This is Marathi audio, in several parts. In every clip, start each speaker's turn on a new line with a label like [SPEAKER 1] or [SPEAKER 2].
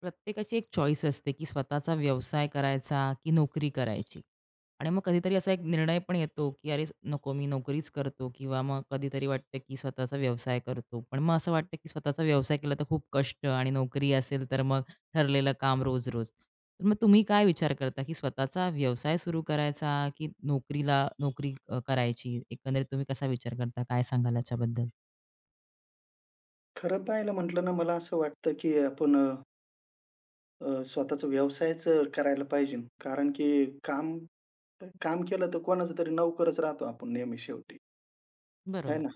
[SPEAKER 1] प्रत्येकाची एक चॉईस असते, की स्वतःचा व्यवसाय करायचा की नोकरी करायची. आणि मग कधीतरी असा एक निर्णय पण येतो, की "अरे नको मी नोकरीच करतो" किंवा मग कधीतरी वाटतं, की स्वतःचा व्यवसाय करतो. पण मग असं वाटतं, की स्वतःचा व्यवसाय केला तर खूप कष्ट आणि नोकरी असेल तर मग ठरलेलं काम रोज-रोज. तर मग तुम्ही काय विचार करता, की स्वतःचा व्यवसाय सुरू करायचा की करायची? एकंदरीत तुम्ही कसा विचार करता? काय सांगाल याच्याबद्दल?
[SPEAKER 2] खरं पाहायला म्हटलं ना, मला असं वाटतं, की आपण अ, अ, स्वतःचा व्यवसायच करायला पाहिजे. कारण की काम काम केलं तर कोणाचा तरी नोकरच राहतो आपण नेहमी शेवटी, आहे
[SPEAKER 1] बरोबर.
[SPEAKER 2] ना?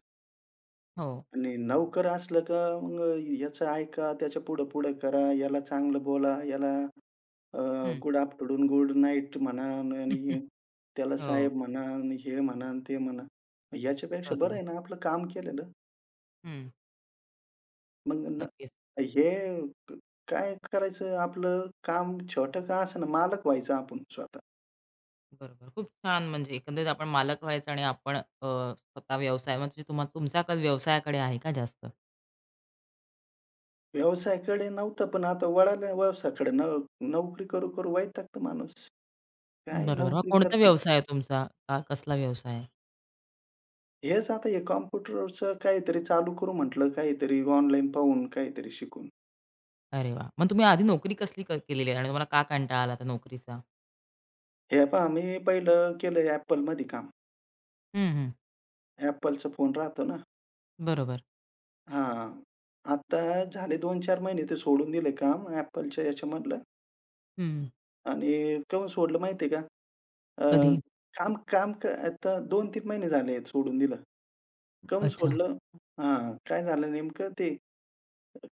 [SPEAKER 1] हो. हो.
[SPEAKER 2] आणि नोकर असलं का मग याचं ऐका, त्याच्या पुढं-पुढं करा, याला चांगलं बोला, याला अ, गुड आफ्टरनून, गुड नाईट म्हणा आणि त्याला
[SPEAKER 1] हो.
[SPEAKER 2] साहेब म्हणा आणि हे म्हणा आणि ते म्हणा. याच्यापेक्षा बरं
[SPEAKER 1] बरोबर.
[SPEAKER 2] आहे ना आपलं काम केलेलं.
[SPEAKER 1] हं.
[SPEAKER 2] मग न
[SPEAKER 1] नक्कीच.
[SPEAKER 2] हे क काय करायचं आपलं काम छोटं का असेना, मालक व्हायचं आपण स्वतः.
[SPEAKER 1] बरोबर. खूप छान म्हणजे एकंदरीत आपण मालक व्हायचं आणि आपण स्वतः व्यवसाय म्हणजे तुमचा कल व्यवसायाकडे आहे का जास्त?
[SPEAKER 2] व्यवसायाकडे नव्हतं, पण आता वळालं व्यवसायाकडे. नोकरी करू-करू वैतागतो माणूस. काय
[SPEAKER 1] बरोबर. मग
[SPEAKER 2] नोकरी
[SPEAKER 1] कोणता
[SPEAKER 2] करणं.
[SPEAKER 1] व्यवसाय आहे तुमचा? का कसला व्यवसाय आहे?
[SPEAKER 2] हेच आता हे कॉम्प्युटरचं काहीतरी चालू करू म्हटलं, काहीतरी ऑनलाईन पाहून, काहीतरी शिकून.
[SPEAKER 1] अरे वाह! मग तुम्ही आधी नोकरी कसली केलेली आहे आणि तुम्हाला का कंटाळा आला त्या नोकरीचा?
[SPEAKER 2] हे पहा मी पहिलं केलं Appleमध्ये काम.
[SPEAKER 1] हं, हं.
[SPEAKER 2] Appleचा फोन राहतो ना.
[SPEAKER 1] बरोबर.
[SPEAKER 2] हां. आता झाले 2-4 महिने ते सोडून दिले काम Appleच्या याच्यामधलं.
[SPEAKER 1] हं.
[SPEAKER 2] आणि काहून सोडलं माहिती का? अ,
[SPEAKER 1] कधी
[SPEAKER 2] काम काम क आता 2-3 महिने झाले सोडून दिलं. काहून
[SPEAKER 1] अच्छा.
[SPEAKER 2] सोडलं? हां, काय झालं नेमकं ते.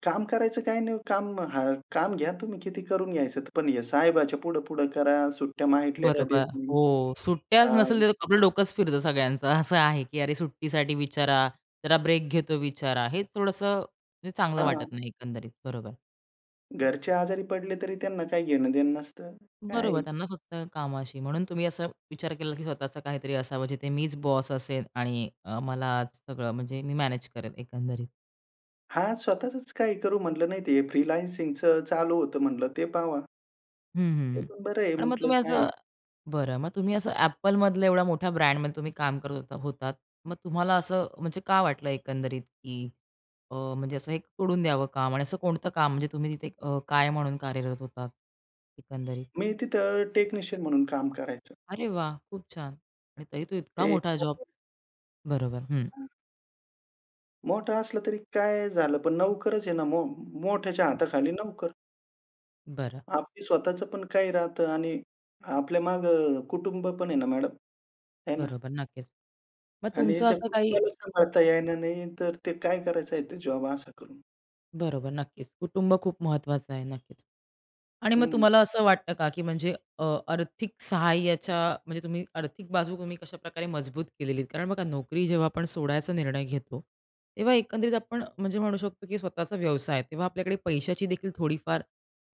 [SPEAKER 2] काम करायचं काय नाही काम. हां, काम घ्या तुम्ही किती करून घ्यायचं. ते, पण हे साहेबाच्या पुढं-पुढं करा, सुट्ट्या मागितल्या का
[SPEAKER 1] बरोबर.
[SPEAKER 2] देत नाही.
[SPEAKER 1] हो. सुट्ट्याच नसेल
[SPEAKER 2] हां,
[SPEAKER 1] तर आपलं डोकंच फिरतं सगळ्यांचं. असं आहे, की अरे सुट्टीसाठी विचारा, जरा ब्रेक घेतो विचारा. हे थोडंसं म्हणजे चांगलं
[SPEAKER 2] हां,
[SPEAKER 1] वाटत नाही एकंदरीत. बरोबर.
[SPEAKER 2] घरचे आजारी पडले तरी त्यांना काही घेणं-देणं नसतं.
[SPEAKER 1] बरोबर,
[SPEAKER 2] काय.
[SPEAKER 1] त्यांना फक्त कामाशी. म्हणून तुम्ही असा विचार केला, की स्वतःचं काहीतरी असावं, जिथे मीच बॉस असेन आणि मला सगळं म्हणजे मी मॅनेज करेन एकंदरीत.
[SPEAKER 2] हां, स्वतःचच काही करू म्हटलं नाही ते फ्रीलान्सिंगचं चालू होतं म्हटलं ते पाहावा.
[SPEAKER 1] हं, हं,
[SPEAKER 2] ते
[SPEAKER 1] हं.
[SPEAKER 2] पण बरं आहे
[SPEAKER 1] पण मग
[SPEAKER 2] म्हटलं
[SPEAKER 1] तुम्ही
[SPEAKER 2] काय.
[SPEAKER 1] असं बरं, मग तुम्ही असं Appleमधलं एवढ्या मोठ्या ब्रँडमध्ये तुम्ही काम करत होतात. मग तुम्हाला असं म्हणजे का वाटलं एकंदरीत, की म्हणजे असं हे सोडून द्यावं काम आणि असं कोणतं काम म्हणजे तुम्ही तिथे काय म्हणून कार्यरत होतात एकंदरीत?
[SPEAKER 2] मी तिथं टेक्निशियन म्हणून काम करायचं.
[SPEAKER 1] अरे वाह! खूप छान. आणि तरी तो इतका
[SPEAKER 2] ते
[SPEAKER 1] मोठा जॉब बरोबर. हं.
[SPEAKER 2] मोठा असला तरी काय झालं, पण नोकरच आहे ना. मोठ्याच्या हाताखाली नोकर.
[SPEAKER 1] बरं.
[SPEAKER 2] आपली स्वतःचं पण काही राहतं आणि आपल्या मागं कुटुंब पण आहे ना मॅडम, आहे ना?
[SPEAKER 1] बरोबर. नक्कीच. मग
[SPEAKER 2] आणि
[SPEAKER 1] तुमचं
[SPEAKER 2] त्या
[SPEAKER 1] असं काही
[SPEAKER 2] कुटुंबाला
[SPEAKER 1] अ,
[SPEAKER 2] सांभाळता यायला नाही, तर ते काय करायचं आहे ते जॉब असा करून?
[SPEAKER 1] बरोबर, नक्कीच. कुटुंब खूप महत्वाचं आहे, नक्कीच. आणि मग
[SPEAKER 2] हं.
[SPEAKER 1] तुम्हाला असं वाटतं का, की म्हणजे आर्थिक सहाय्याच्या म्हणजे तुम्ही आर्थिक बाजू तुम्ही कशाप्रकारे मजबूत केलेलीत? कारण बघा नोकरी जेव्हा आपण सोडायचा निर्णय घेतो, तेव्हा एकंदरीत आपण म्हणजे म्हणू शकतो, की स्वतःचा व्यवसाय, तेव्हा आपल्याकडे पैशाची देखील थोडीफार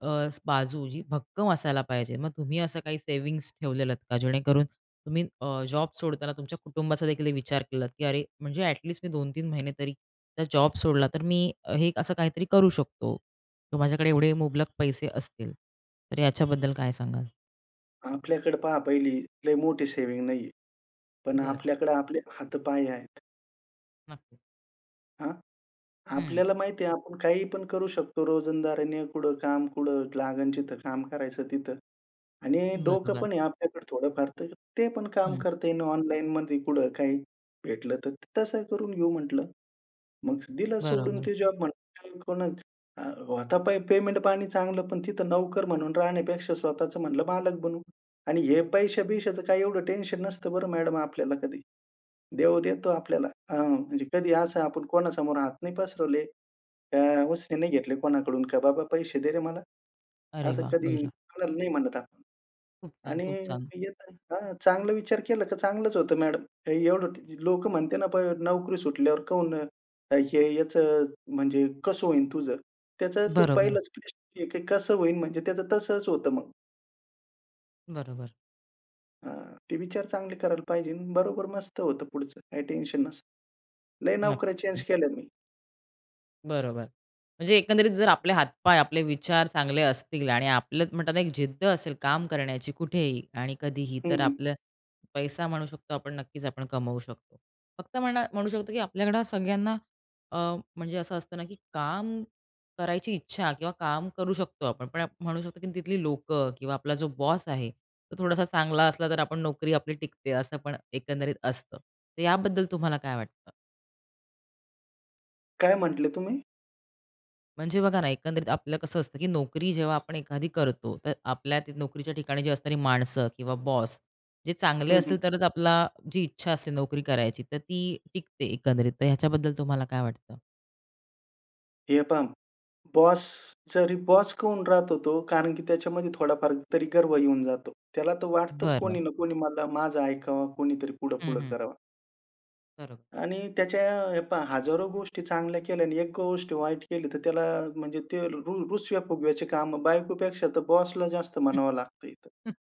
[SPEAKER 1] अ, स बाजू जी भक्कम असायला पाहिजे. मग तुम्ही असं काही सेव्हिंग्ज ठेवलेलात का? जेणेकरून तुम्ही जॉब सोडताना तुमच्या कुटुंबाचा देखील विचार केलात, की अरे, म्हणजे ॲटलीस्ट मी 2-3 महिने तरी जर जॉब सोडला तर मी हे असं काहीतरी करू शकतो किंवा माझ्याकडे एवढे मुबलक पैसे असतील. तर याच्याबद्दल काय सांगाल?
[SPEAKER 2] आपल्याकडे पहा पहिली लई मोठी सेव्हिंग नाहीये, पण
[SPEAKER 1] बरं.
[SPEAKER 2] आपल्याकडे आपले हातपाय आहेत.
[SPEAKER 1] नक्कीच.
[SPEAKER 2] हां,
[SPEAKER 1] हं.
[SPEAKER 2] आपल्याला माहिती आहे आपण काही पण करू शकतो रोजंदारीने कुठं काम, कुठं लागन जिथं काम करायचं तिथं. आणि डोकं
[SPEAKER 1] बरोबर.
[SPEAKER 2] पण आहे आपल्याकडे थोडंफार, तर ते पण काम
[SPEAKER 1] हं.
[SPEAKER 2] करता येईन ऑनलाईनमध्ये कुठं काही भेटलं तर ते तसं करून घेऊ म्हटलं. मग दिलं सोडून
[SPEAKER 1] बरोबर.
[SPEAKER 2] ते जॉब म्हटलं. होता पेमेंट पाणी चांगलं, पण तिथं नोकर म्हणून राहण्यापेक्षा स्वतःचं म्हणलं मालक बनू. आणि हे पैशा-बिशाचं काही एवढं टेन्शन नसतं बरं मॅडम आपल्याला कधी. देव देतो आपल्याला. हां, म्हणजे कधी असं आपण कोणासमोर हात नाही पसरवले, का उसने नाही घेतले कोणाकडून, का "बाबा पैसे दे रे मला."
[SPEAKER 1] अरे
[SPEAKER 2] असं
[SPEAKER 1] वाह!
[SPEAKER 2] कधी
[SPEAKER 1] बरं.
[SPEAKER 2] कोणाला नाही म्हणत आपण.
[SPEAKER 1] खूप छान,
[SPEAKER 2] आणि
[SPEAKER 1] खूप छान.
[SPEAKER 2] येत हां, चांगला विचार केला का चांगलंच होतं मॅडम. एवढं लोकं म्हणते ना, पण नोकरी सुटल्यावर काऊन, अ, हे याचं म्हणजे कसं होईन तुझं? त्याचा तो
[SPEAKER 1] बरोबर,
[SPEAKER 2] पहिलाच प्रश्न आहे, की कसं होईन, म्हणजे त्याचं तसंच होतं मग.
[SPEAKER 1] बरोबर.
[SPEAKER 2] हां, ते विचार चांगले करायला पाहिजे. बरोबर मस्त होतं पुढचं. काही टेन्शन नसतं. लय नोकऱ्या चेंज
[SPEAKER 1] नक्कीच.
[SPEAKER 2] केल्या मी.
[SPEAKER 1] बरोबर. म्हणजे एकंदरीत जर आपले हातपाय, आपले विचार चांगले असतील आणि आपलं म्हणतात ना, एक जिद्द असेल काम करण्याची कुठेही आणि कधीही,
[SPEAKER 2] हं,
[SPEAKER 1] तर
[SPEAKER 2] हं.
[SPEAKER 1] आपलं पैसा म्हणू शकतो आपण, नक्कीच आपण कमवू शकतो. फक्त म्हणू शकतो, की आपल्याकडं सगळ्यांना अ, म्हणजे असं असतं ना, की काम करायची इच्छा किंवा काम करू शकतो आपण. पण आपण म्हणू शकतो, की तिथली लोकं किंवा आपला जो बॉस आहे, तो थोडासा चांगला असला, तर आपण नोकरी आपली टिकते, असं पण एकंदरीत असतं. तर याबद्दल तुम्हाला काय वाटतं?
[SPEAKER 2] काय म्हटले तुम्ही?
[SPEAKER 1] म्हणजे बघा ना, एकंदरीत आपलं कसं असतं, की नोकरी जेव्हा आपण एखादी करतो, तर आपल्या ते नोकरीच्या ठिकाणी जी असणारी माणसं किंवा बॉस जे चांगले
[SPEAKER 2] हं, हं.
[SPEAKER 1] असतील तरच जी इच्छा असते नोकरी करायची, तर ती टिकते एकंदरीत. तर ह्याच्याबद्दल तुम्हाला काय वाटतं?
[SPEAKER 2] हे पहा बॉस, जरी बॉस कहून राहतो तो, कारण की त्याच्यामध्ये थोडाफार तरी गर्व येऊन जातो. त्याला तर वाटतंच
[SPEAKER 1] बरं.
[SPEAKER 2] कोणी ना कोणी मला माझं ऐकावं, कोणीतरी
[SPEAKER 1] हं,
[SPEAKER 2] पुढं-पुढं
[SPEAKER 1] हं.
[SPEAKER 2] करावं.
[SPEAKER 1] बरोबर.
[SPEAKER 2] आणि त्याच्या, हे पहा हजारो गोष्टी चांगल्या केल्या आणि एक गोष्ट वाईट केली तर त्याला, म्हणजे ते रुसव्या-फुगव्याचे कामं बायकोपेक्षा तर बॉसला जास्त म्हणावं लागतं इथं.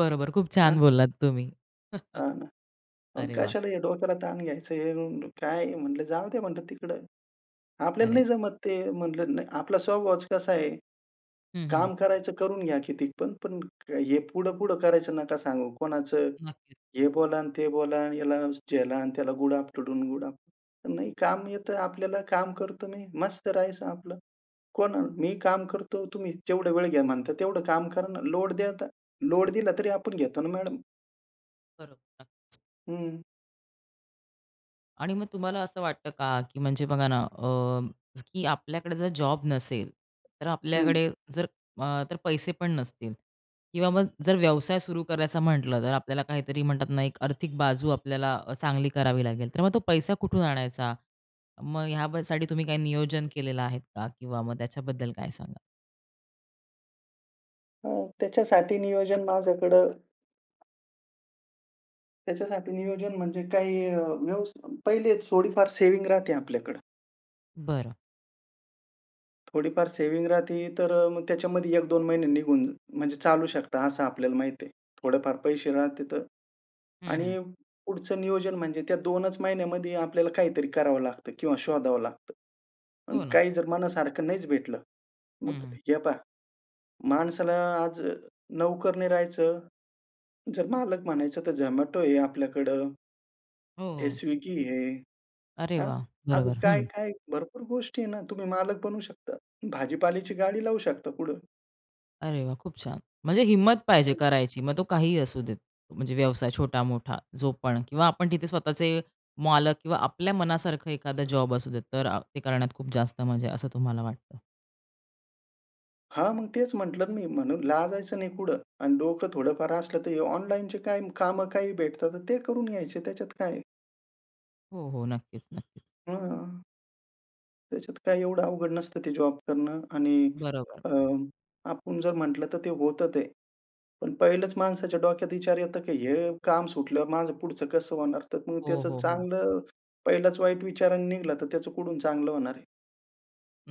[SPEAKER 1] बरोबर. खूप छान
[SPEAKER 2] हां,
[SPEAKER 1] बोललात तुम्ही.
[SPEAKER 2] हां ना. मग
[SPEAKER 1] अरे वाह!
[SPEAKER 2] कशाला हे डोक्याला ताण घ्यायचं, हे म्हणून काय म्हटलं, "जाऊ दे" म्हटलं, "तिकडं." आपल्याला
[SPEAKER 1] अरे
[SPEAKER 2] नाही
[SPEAKER 1] वाह!
[SPEAKER 2] जमत ते म्हटलं, "नाही." आपला स्वभावच कसा आहे,
[SPEAKER 1] हं, हं.
[SPEAKER 2] काम करायचं करून घ्या किती पण, पण हे पुढं-पुढं करायचं नका सांगू. कोणाचं
[SPEAKER 1] नक्कीच.
[SPEAKER 2] हे बोला आणि ते बोला आणि याला झेला आणि त्याला गुड आफ्टरनून, गुड आफ्टरनून. नाही, काम येतं आपल्याला. काम करतो मी. मस्त राहायचं आपलं. कोण मी काम करतो, तुम्ही जेवढा वेळ घ्या म्हणता तेवढं काम करा ना. लोड द्या आता. लोड दिला तरी आपण घेतो ना मॅडम.
[SPEAKER 1] बरोबर. नक्कीच.
[SPEAKER 2] हं,
[SPEAKER 1] आणि मग तुम्हाला असं वाटतं का, की म्हणजे बघा ना, की आपल्याकडे जर जॉब नसेल, तर
[SPEAKER 2] हं.
[SPEAKER 1] आपल्याकडे जर तर पैसे पण नसतील किंवा मग जर व्यवसाय सुरू करायचा म्हटलं, तर आपल्याला काहीतरी म्हणतात ना, एक आर्थिक बाजू आपल्याला चांगली करावी लागेल. तर मग तो पैसा कुठून आणायचा? मग ह्यासाठी तुम्ही काही नियोजन केलेलं आहेत का? किंवा मग त्याच्याबद्दल काय सांगाल?
[SPEAKER 2] अ, त्याच्यासाठी नियोजन माझ्याकडं, त्याच्यासाठी नियोजन म्हणजे काही अ, व्यवस् पहिले थोडीफार सेव्हिंग राहते आपल्याकडं.
[SPEAKER 1] बरं.
[SPEAKER 2] थोडीफार सेव्हिंग राहते तर मग त्याच्यामध्ये 1-2 महिने निघून, म्हणजे चालू शकतं असं आपल्याला माहिती आहे. थोडेफार पैसे राहते तर,
[SPEAKER 1] हं, हं.
[SPEAKER 2] आणि पुढचं नियोजन म्हणजे त्या दोनच महिन्यामध्ये आपल्याला काहीतरी करावं लागतं किंवा शोधावं लागतं. आणि
[SPEAKER 1] हो ना.
[SPEAKER 2] काही जर मनासारखं नाहीच भेटलं,
[SPEAKER 1] हं,
[SPEAKER 2] मग
[SPEAKER 1] हं.
[SPEAKER 2] हे पहा माणसाला आज नोकर नाही राहायचं, जर मालक म्हणायचं तर Zomato आहे आपल्याकडं,
[SPEAKER 1] हो,
[SPEAKER 2] हे
[SPEAKER 1] हो.
[SPEAKER 2] Swiggy आहे,
[SPEAKER 1] अरे
[SPEAKER 2] हां.
[SPEAKER 1] वाह!
[SPEAKER 2] अजून
[SPEAKER 1] बरोबर.
[SPEAKER 2] काय, काय भरपूर गोष्टी आहे ना. तुम्ही मालक बनू शकता. भाजीपाल्याची गाडी लावू शकता पुढं.
[SPEAKER 1] अरे वाह! खूप छान. म्हणजे हिम्मत पाहिजे करायची. मग तो काहीही असू देत. म्हणजे व्यवसाय छोटा-मोठा, जो पण किंवा आपण तिथे स्वतःचे मालक किंवा आपल्या मनासारखं एखादा जॉब असू देत, तर ते करण्यात खूप जास्त मजा आहे, असं तुम्हाला वाटतं.
[SPEAKER 2] हां, मग तेच म्हटलं ना मी, म्हणून लाजायचं नाही कुठं आणि डोकं थोडंफार असलं तर हे ऑनलाईनचे काय कामं काही भेटतात तर ते करून घ्यायचे, त्याच्यात काय आहे?
[SPEAKER 1] हो, हो. नक्कीच, नक्कीच.
[SPEAKER 2] हां, त्याच्यात काय एवढं अवघड नसतं ते जॉब करणं आणि,
[SPEAKER 1] बरोबर.
[SPEAKER 2] अ, आपण जर म्हटलं तर ते होतं ते. पण पहिलंच माणसाच्या डोक्यात विचार येतं की हे काम सुटल्यावर माझं पुढचं कसं होणार? तर मग
[SPEAKER 1] हो,
[SPEAKER 2] त्याचं
[SPEAKER 1] हो, हो.
[SPEAKER 2] चांगलं, पहिलाच वाईट विचाराने निघाला तर त्याचं कुठून चांगलं होणार आहे?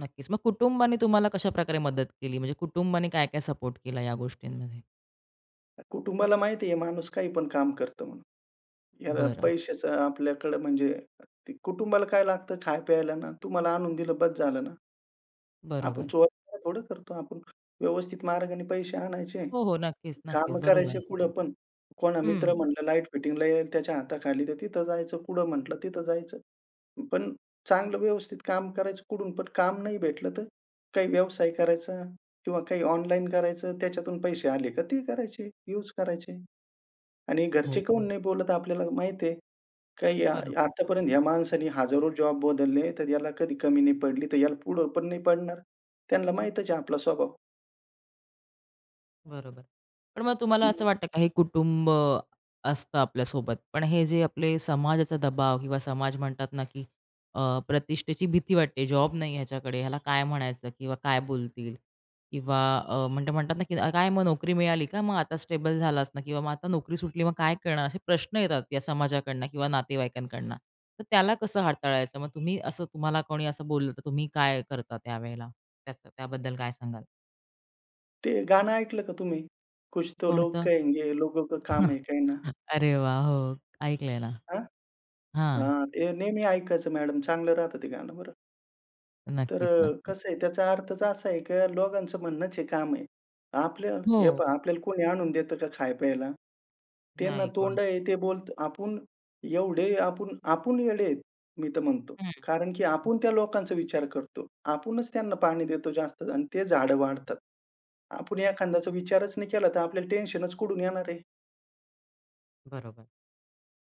[SPEAKER 1] नक्कीच. मग कुटुंबाने तुम्हाला कशाप्रकारे मदत केली? म्हणजे कुटुंबाने काय-काय सपोर्ट केला या गोष्टींमध्ये?
[SPEAKER 2] कुटुंबाला माहिती आहे माणूस काही पण काम करतं म्हणून. ह्याला
[SPEAKER 1] बरं.
[SPEAKER 2] पैशाचं आपल्याकडे म्हणजे, ते कुटुंबाला काय लागतं खाय-प्यायला ना, तुम्हाला आणून दिलं बस झालं ना. आपण
[SPEAKER 1] बरोबर.
[SPEAKER 2] चोऱ्या थोडं करतो. आपण व्यवस्थित मार्गाने पैसे आणायचे,
[SPEAKER 1] हो, हो. नक्कीच, नक्कीच.
[SPEAKER 2] कामं करायचे
[SPEAKER 1] बरोबर.
[SPEAKER 2] कुठं पण. कोणा
[SPEAKER 1] हं.
[SPEAKER 2] मित्र म्हटलं लाईट फिटिंगला येईल त्याच्या हाताखाली तर तिथं जायचं, कुठं म्हटलं तिथं जायचं. पण चांगलं व्यवस्थित काम करायचं, कुठून पण काम नाही भेटलं तर काही व्यवसाय करायचा किंवा काही ऑनलाईन करायचं, त्याच्यातून पैसे आले का ते करायचे, यूज करायचे. आणि घरचे
[SPEAKER 1] हो.
[SPEAKER 2] काहून नाही बोलत, आपल्याला माहिती. काही आ
[SPEAKER 1] बरोबर,
[SPEAKER 2] आतापर्यंत ह्या माणसाने हजारो जॉब बदलले, तर याला कधी कमी नाही पडली, तर याला पुढं पण नाही पडणार. त्यांना माहीतच आहे आपला स्वभाव.
[SPEAKER 1] बरोबर. पण मग तुम्हाला
[SPEAKER 2] हं,
[SPEAKER 1] असं वाटतं का हे कुटुंब असतं आपल्यासोबत, पण हे जे आपले समाजाचा दबाव किंवा समाज म्हणतात ना, की प्रतिष्ठेची भीती वाटते, जॉब नाही ह्याच्याकडे, ह्याला काय म्हणायचं किंवा काय बोलतील? किंवा म्हणजे म्हणतात ना, की काय मग नोकरी मिळाली का? मग आता स्टेबल झालास ना किंवा मग आता नोकरी सुटली, मग काय करणार? असे प्रश्न येतात या समाजाकडनं किंवा नातेवाईकांकडनं. तर त्याला कसं हाताळायचं? मग तुम्ही असं तुम्हाला कोणी असं बोललं, तर तुम्ही काय करता त्यावेळेला? त्याचं त्याबद्दल काय सांगाल?
[SPEAKER 2] ते गाणं ऐकलं का तुम्ही? कुछ तो लोग
[SPEAKER 1] कोणतं
[SPEAKER 2] कहेंगे, लोगों का काम है कहना.
[SPEAKER 1] अरे वाह! हो, ऐकलंय ना.
[SPEAKER 2] हां?
[SPEAKER 1] हां,
[SPEAKER 2] हां, ते नेहमी ऐकायचं मॅडम. चांगलं राहतं ते गाणं बरं. तर
[SPEAKER 1] नक्कीच, नक्कीच.
[SPEAKER 2] कसं आहे, त्याचा अर्थच असा आहे का, दोघांचं म्हणणंच हे काम आहे. आपल्या, हे
[SPEAKER 1] हो,
[SPEAKER 2] पहा आपल्याला कोणी आणून देतं का खाय-प्यायला? त्यांना
[SPEAKER 1] नाही कोणी.
[SPEAKER 2] तोंड आहे ते बोलतं. आपण एवढे आपण आपण येडे आहेत, मी तर म्हणतो.
[SPEAKER 1] हं,
[SPEAKER 2] कारण की आपण त्या लोकांचा विचार करतो. आपणच त्यांना पाणी देतो जास्त आणि ते झाडं वाढतात. आपण एखाद्याचा विचारच नाही केला तर आपल्याला टेन्शनच कुठून येणार आहे?
[SPEAKER 1] बरोबर,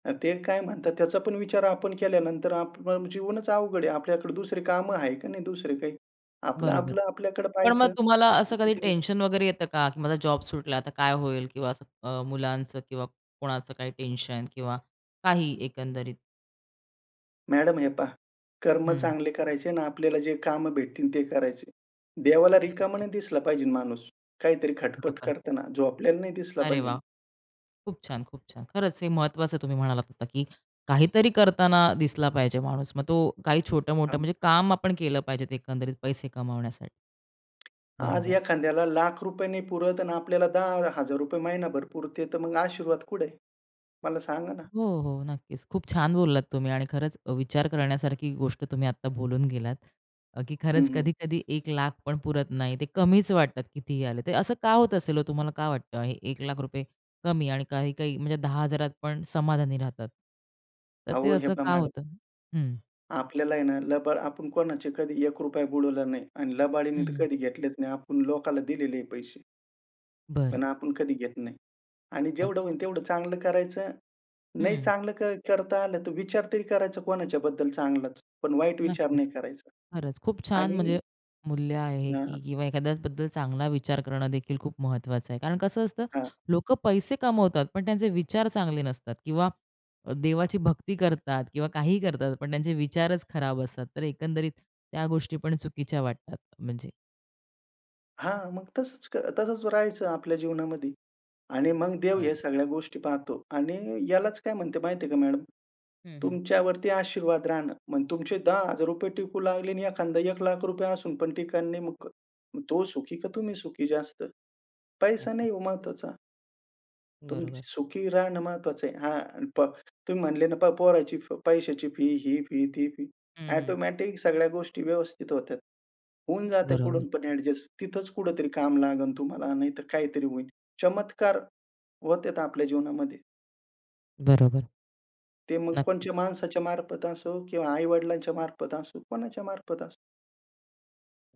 [SPEAKER 2] ते काय म्हणतात त्याचा पण विचार आपण केल्यानंतर आपलं जीवनच अवघड आहे. आपल्याकडे दुसरे कामं आहे का नाही दुसरे काही?
[SPEAKER 1] बरोबर.
[SPEAKER 2] आपलं-आपलं आपल्याकडे
[SPEAKER 1] पण मग
[SPEAKER 2] पाहायचं.
[SPEAKER 1] तुम्हाला असं कधी टेन्शन वगैरे येतं का, की माझा जॉब सुटला आता काय होईल? किंवा असं मुलांचं किंवा कोणाचं काही टेन्शन किंवा काही एकंदरीत?
[SPEAKER 2] मॅडम हे पहा, कर्म
[SPEAKER 1] हं,
[SPEAKER 2] चांगले करायचे आणि आपल्याला जे कामं भेटतील ते करायचे. देवाला रिकामा
[SPEAKER 1] नक्कीच,
[SPEAKER 2] नाही दिसला पाहिजे माणूस. काहीतरी खटपट
[SPEAKER 1] बरोबर.
[SPEAKER 2] करताना झोपलेला नाही दिसला
[SPEAKER 1] अरे
[SPEAKER 2] पाहिजे.
[SPEAKER 1] वाह! खूप छान, खूप छान. खरंच हे महत्त्वाचं तुम्ही म्हणालात आता, की काहीतरी करताना दिसला पाहिजे माणूस. मग तो काही छोटं-मोठं
[SPEAKER 2] हां.
[SPEAKER 1] म्हणजे काम आपण केलं पाहिजे ते एकंदरीत पैसे कमावण्यासाठी.
[SPEAKER 2] आज
[SPEAKER 1] बरोबर.
[SPEAKER 2] एखाद्याला ₹1,00,000 नाही पुरत आणि आपल्याला ₹10,000 महिनाभर पुरते, तर मग आशीर्वाद कुठे आहे? मला सांगा ना.
[SPEAKER 1] हो, हो. नक्कीच. खूप छान बोललात तुम्ही आणि खरंच विचार करण्यासारखी गोष्ट तुम्ही आता बोलून गेलात, की
[SPEAKER 2] हं,
[SPEAKER 1] खरंच
[SPEAKER 2] हं.
[SPEAKER 1] कधी-कधी 1,00,000 पण पुरत नाही. ते कमीच वाटतात कितीही आले. ते असं का होत असेल हो? तुम्हाला का वाटतं हे ₹1,00,000 कमी आणि काही-काही म्हणजे 10,000त पण समाधानी राहतात? तर ते
[SPEAKER 2] अहो हे
[SPEAKER 1] असं
[SPEAKER 2] पहा
[SPEAKER 1] का
[SPEAKER 2] मॅडम,
[SPEAKER 1] होतं? हं,
[SPEAKER 2] आपल्याला आहे ना, लबाड आपण कोणाचे कधी ₹1 बुडवला नाही आणि लबाडीने तर
[SPEAKER 1] हं.
[SPEAKER 2] कधी घेतलेच नाही. आपण लोकाला दिलेले आहे पैसे,
[SPEAKER 1] बरं.
[SPEAKER 2] पण आपण कधी घेत नाही. आणि जेवढं
[SPEAKER 1] अच्छा.
[SPEAKER 2] होईल तेवढं चांगलं करायचं. नाही
[SPEAKER 1] हं.
[SPEAKER 2] चांगलं करता आलं तर विचार तरी करायचा कोणाच्याबद्दल चांगलाच, पण वाईट विचार
[SPEAKER 1] नक्कीच.
[SPEAKER 2] नाही करायचा.
[SPEAKER 1] खरंच खूप छान
[SPEAKER 2] आणि
[SPEAKER 1] म्हणजे मूल्य आहे की
[SPEAKER 2] हां.
[SPEAKER 1] किंवा एखाद्याबद्दल चांगला विचार करणं देखील खूप महत्वाचं आहे. कारण कसं असतं लोकं पैसे कमवतात, पण त्यांचे विचार चांगले नसतात किंवा देवाची भक्ती करतात किंवा काहीही करतात, पण त्यांचे विचारच खराब असतात. तर एकंदरीत त्या गोष्टी पण चुकीच्या वाटतात म्हणजे.
[SPEAKER 2] हां, मग तसंच तसंच राहायचं आपल्या जीवनामध्ये. आणि मग देव ह्या
[SPEAKER 1] बरं.
[SPEAKER 2] सगळ्या गोष्टी पाहतो आणि यालाच काय म्हणते माहिती आहे का मॅडम,
[SPEAKER 1] हं, हं.
[SPEAKER 2] तुमच्यावरती आशीर्वाद राहणं. मग तुमचे ₹10,000 टिकू लागले आणि एखादा ₹1,00,000 असून पण टिकणार नाही. मग मग तो सुखी का तुम्ही सुखी जास्त? पैसा
[SPEAKER 1] नक्की.
[SPEAKER 2] नाही हो महत्वाचा. तुमची
[SPEAKER 1] बरोबर.
[SPEAKER 2] सुखी राहणं महत्वाचं आहे. हां, आणि तुम्ही म्हणले ना, पोराची पैशाची फी, ही फी, ती फी.
[SPEAKER 1] हं, हं.
[SPEAKER 2] ऑटोमॅटिक सगळ्या गोष्टी व्यवस्थित होतात. होऊन जाते
[SPEAKER 1] बरोबर,
[SPEAKER 2] कुठून पण ॲडजस्ट. तिथंच कुठेतरी काम लागेल तुम्हाला, नाहीतर काहीतरी होईल. चमत्कार होतात आपल्या जीवनामध्ये.
[SPEAKER 1] बरोबर.
[SPEAKER 2] ते मग
[SPEAKER 1] नक्कीच.
[SPEAKER 2] कोणच्या माणसाच्या मार्फत असो किंवा आई-वडिलांच्या मार्फत असो, कोणाच्या मार्फत असो.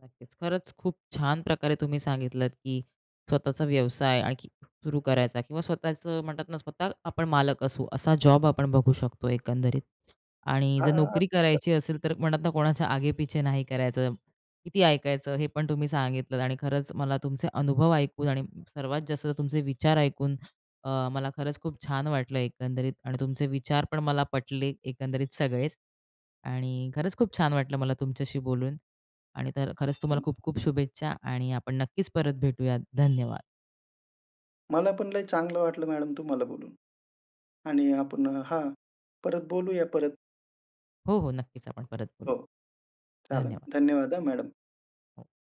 [SPEAKER 1] नक्कीच. खरंच खूप छान प्रकारे तुम्ही सांगितलंत, की स्वतःचा व्यवसाय आणखी सुरू करायचा किंवा स्वतःचं म्हणतात ना, स्वतः आपण मालक असू असा जॉब आपण बघू शकतो एकंदरीत. आणि जर
[SPEAKER 2] हां, हां.
[SPEAKER 1] नोकरी करायची असेल तर म्हणतात ना, कोणाच्या आगेपिछे नाही करायचं, किती ऐकायचं हे पण तुम्ही सांगितलंत आणि खरंच मला तुमचे अनुभव ऐकून आणि सर्वात जास्त तुमचे विचार ऐकून मला खरंच खूप छान वाटलं एकंदरीत आणि तुमचे विचार पण मला पटले एकंदरीत सगळेच. आणि खरंच खूप छान वाटलं मला तुमच्याशी बोलून आणि तर खरंच तुम्हाला खूप खूप शुभेच्छा आणि आपण नक्कीच परत भेटूयात. धन्यवाद.
[SPEAKER 2] मला पण लय चांगलं वाटलं मॅडम तुम्हाला बोलून आणि आपण, हां, परत बोलूया परत.
[SPEAKER 1] हो, हो. नक्कीच आपण परत बोलूया.
[SPEAKER 2] हो, चालेल.
[SPEAKER 1] धन्यवाद.
[SPEAKER 2] धन्यवाद हां मॅडम.